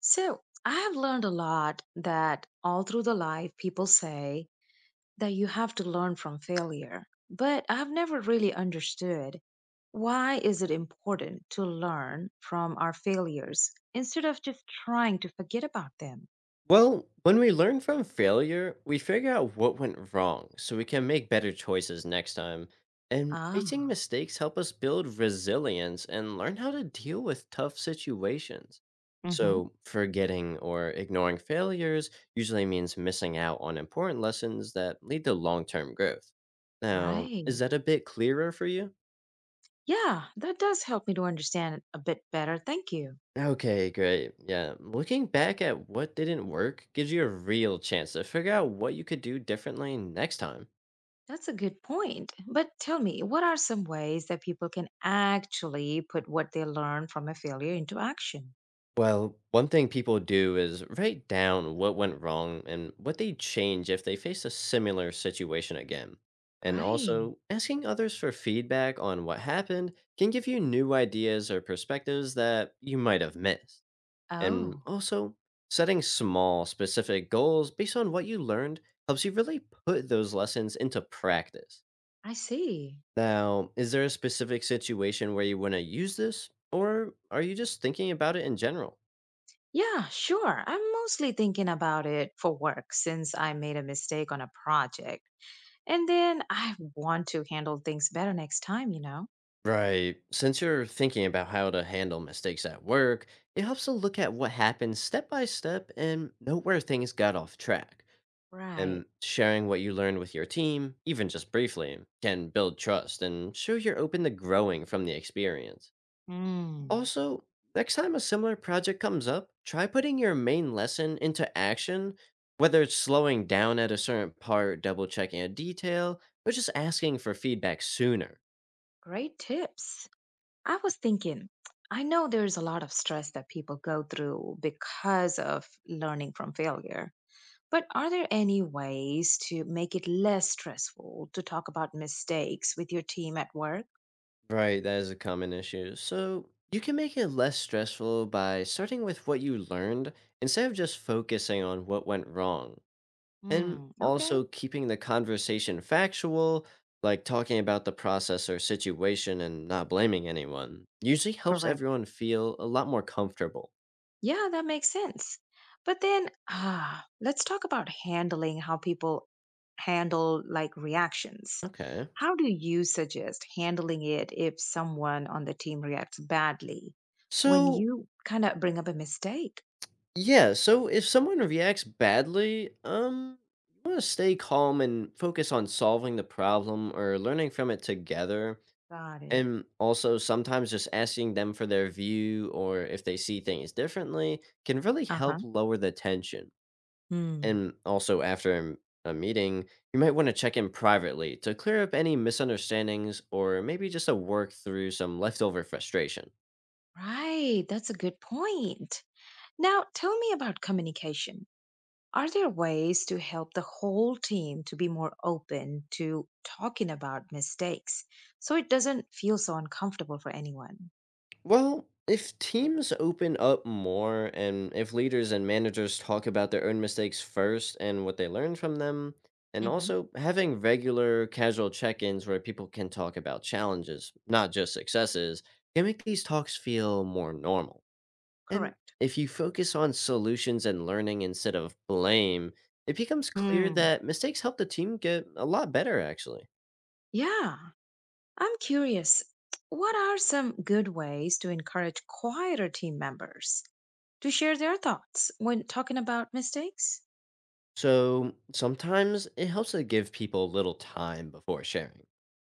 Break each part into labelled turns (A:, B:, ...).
A: So I have learned a lot that all through the life people say that you have to learn from failure, but I've never really understood why is it important to learn from our failures instead of just trying to forget about them?
B: Well, when we learn from failure, we figure out what went wrong so we can make better choices next time. And
A: Ah,
B: making mistakes help us build resilience and learn how to deal with tough situations.
A: hmm,
B: So, forgetting or ignoring failures usually means missing out on important lessons that lead to long term growth. Now, is
A: right.
B: that a bit clearer for you?
A: Yeah, that does help me to understand it a bit better. Thank you.
B: Okay, great. Yeah, looking back at what didn't work gives you a real chance to figure out what you could do differently next time.
A: That's a good point. But tell me, what are some ways that people can actually put what they learn from a failure into action?
B: Well, one thing people do is write down what went wrong and what they'd change if they faced a similar situation again. And
A: Right.
B: also, asking others for feedback on what happened can give you new ideas or perspectives that you might have missed. And
A: Oh,
B: also, setting small, specific goals based on what you learned helps you really put those lessons into practice.
A: I see.
B: Now, is there a specific situation where you want to use this, or are you just thinking about it in general?
A: Yeah, sure. I'm mostly thinking about it for work since I made a mistake on a project. And then I want to handle things better next time?
B: Right. Since you're thinking about how to handle mistakes at work, it helps to look at what happened step by step and note where things got off track.
A: Right.
B: And sharing what you learned with your team, even just briefly, can build trust and show you're open to growing from the experience.
A: Mm,
B: Also, next time a similar project comes up, try putting your main lesson into action, whether it's slowing down at a certain part, double checking a detail, or just asking for feedback sooner.
A: great tips. I was thinking, I know there's a lot of stress that people go through because of learning from failure. But are there any ways to make it less stressful to talk about mistakes with your team at work?
B: Right, that is a common issue. So, you can make it less stressful by starting with what you learned instead of just focusing on what went wrong. And
A: Hmm, okay.
B: also keeping the conversation factual, like talking about the process or situation and not blaming anyone, usually helps
A: Correct.
B: everyone feel a lot more comfortable.
A: Yeah, that makes sense. But then, let's talk about handling how people handle like reactions.
B: Okay.
A: How do you suggest handling it if someone on the team reacts badly when
B: So,
A: you kind of bring up a mistake?
B: yeah, so if someone reacts badly, you want to stay calm and focus on solving the problem or learning from it together.
A: Got it.
B: And also, sometimes just asking them for their view or if they see things differently can really help
A: Uh-huh.
B: lower the tension.
A: Hmm.
B: And also, after a meeting, you might want to check in privately to clear up any misunderstandings or maybe just to work through some leftover frustration.
A: Right, that's a good point. Now, tell me about communication. Are there ways to help the whole team to be more open to talking about mistakes so it doesn't feel so uncomfortable for anyone?
B: Well, if teams open up more and if leaders and managers talk about their own mistakes first and what they learned from them, and
A: Hmm.
B: also having regular casual check ins where people can talk about challenges, not just successes, can make these talks feel more normal. And
A: Correct.
B: if you focus on solutions and learning instead of blame, it becomes clear
A: Hmm.
B: that mistakes help the team get a lot better, actually.
A: Yeah, I'm curious. What are some good ways to encourage quieter team members to share their thoughts when talking about mistakes?
B: So sometimes it helps to give people a little time before sharing,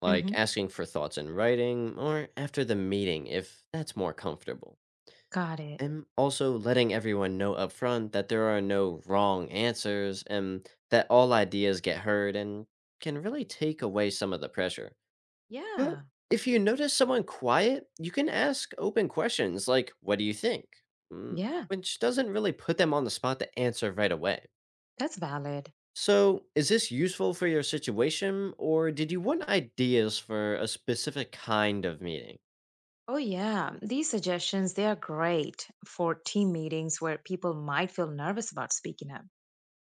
B: like
A: Hmm.
B: asking for thoughts in writing or after the meeting if that's more comfortable.
A: Got it.
B: And also letting everyone know upfront that there are no wrong answers and that all ideas get heard and can really take away some of the pressure. But
A: Yeah,
B: if you notice someone quiet, you can ask open questions like, "What do you think?" Mm.
A: yeah,
B: Which doesn't really put them on the spot to answer right away.
A: that's valid.
B: So, is this useful for your situation, or did you want ideas for a specific kind of meeting?
A: Oh yeah, these suggestions they are great for team meetings where people might feel nervous about speaking up.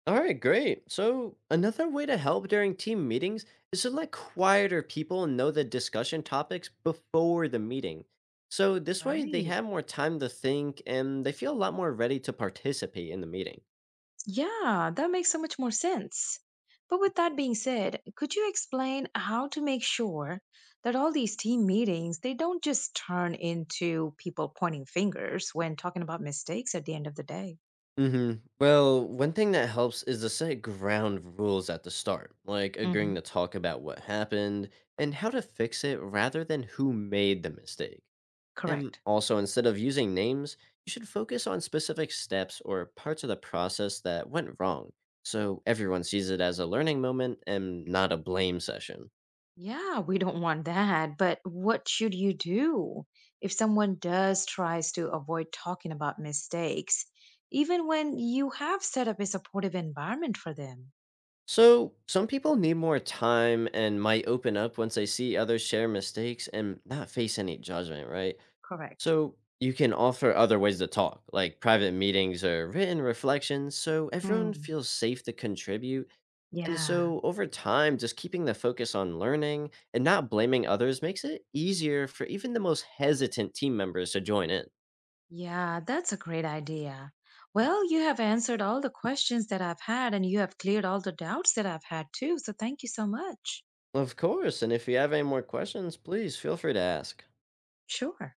B: All right, great. So, another way to help during team meetings is to let quieter people know the discussion topics before the meeting. So, this way they
A: Right.
B: have more time to think and they feel a lot more ready to participate in the meeting.
A: Yeah, that makes so much more sense. But with that being said, could you explain how to make sure that all these team meetings they don't just turn into people pointing fingers when talking about mistakes at the end of the day?
B: Mhm. Well, one thing that helps is to set ground rules at the start, like agreeing
A: Hmm.
B: to talk about what happened and how to fix it rather than who made the mistake. And
A: Correct.
B: also, instead of using names, you should focus on specific steps or parts of the process that went wrong, so everyone sees it as a learning moment and not a blame session.
A: Yeah, we don't want that. But what should you do if someone does tries to avoid talking about mistakes, even when you have set up a supportive environment for them?
B: So, some people need more time and might open up once they see others share mistakes and not face any judgment, right?
A: Correct.
B: So you can offer other ways to talk, like private meetings or written reflections, so everyone
A: Hmm.
B: feels safe to contribute. And
A: Yeah,
B: so over time, just keeping the focus on learning and not blaming others makes it easier for even the most hesitant team members to join in.
A: yeah, that's a great idea. Well, you have answered all the questions that I've had, and you have cleared all the doubts that I've had too. So thank you so much.
B: Of course, and if you have any more questions, please feel free to ask.
A: Sure.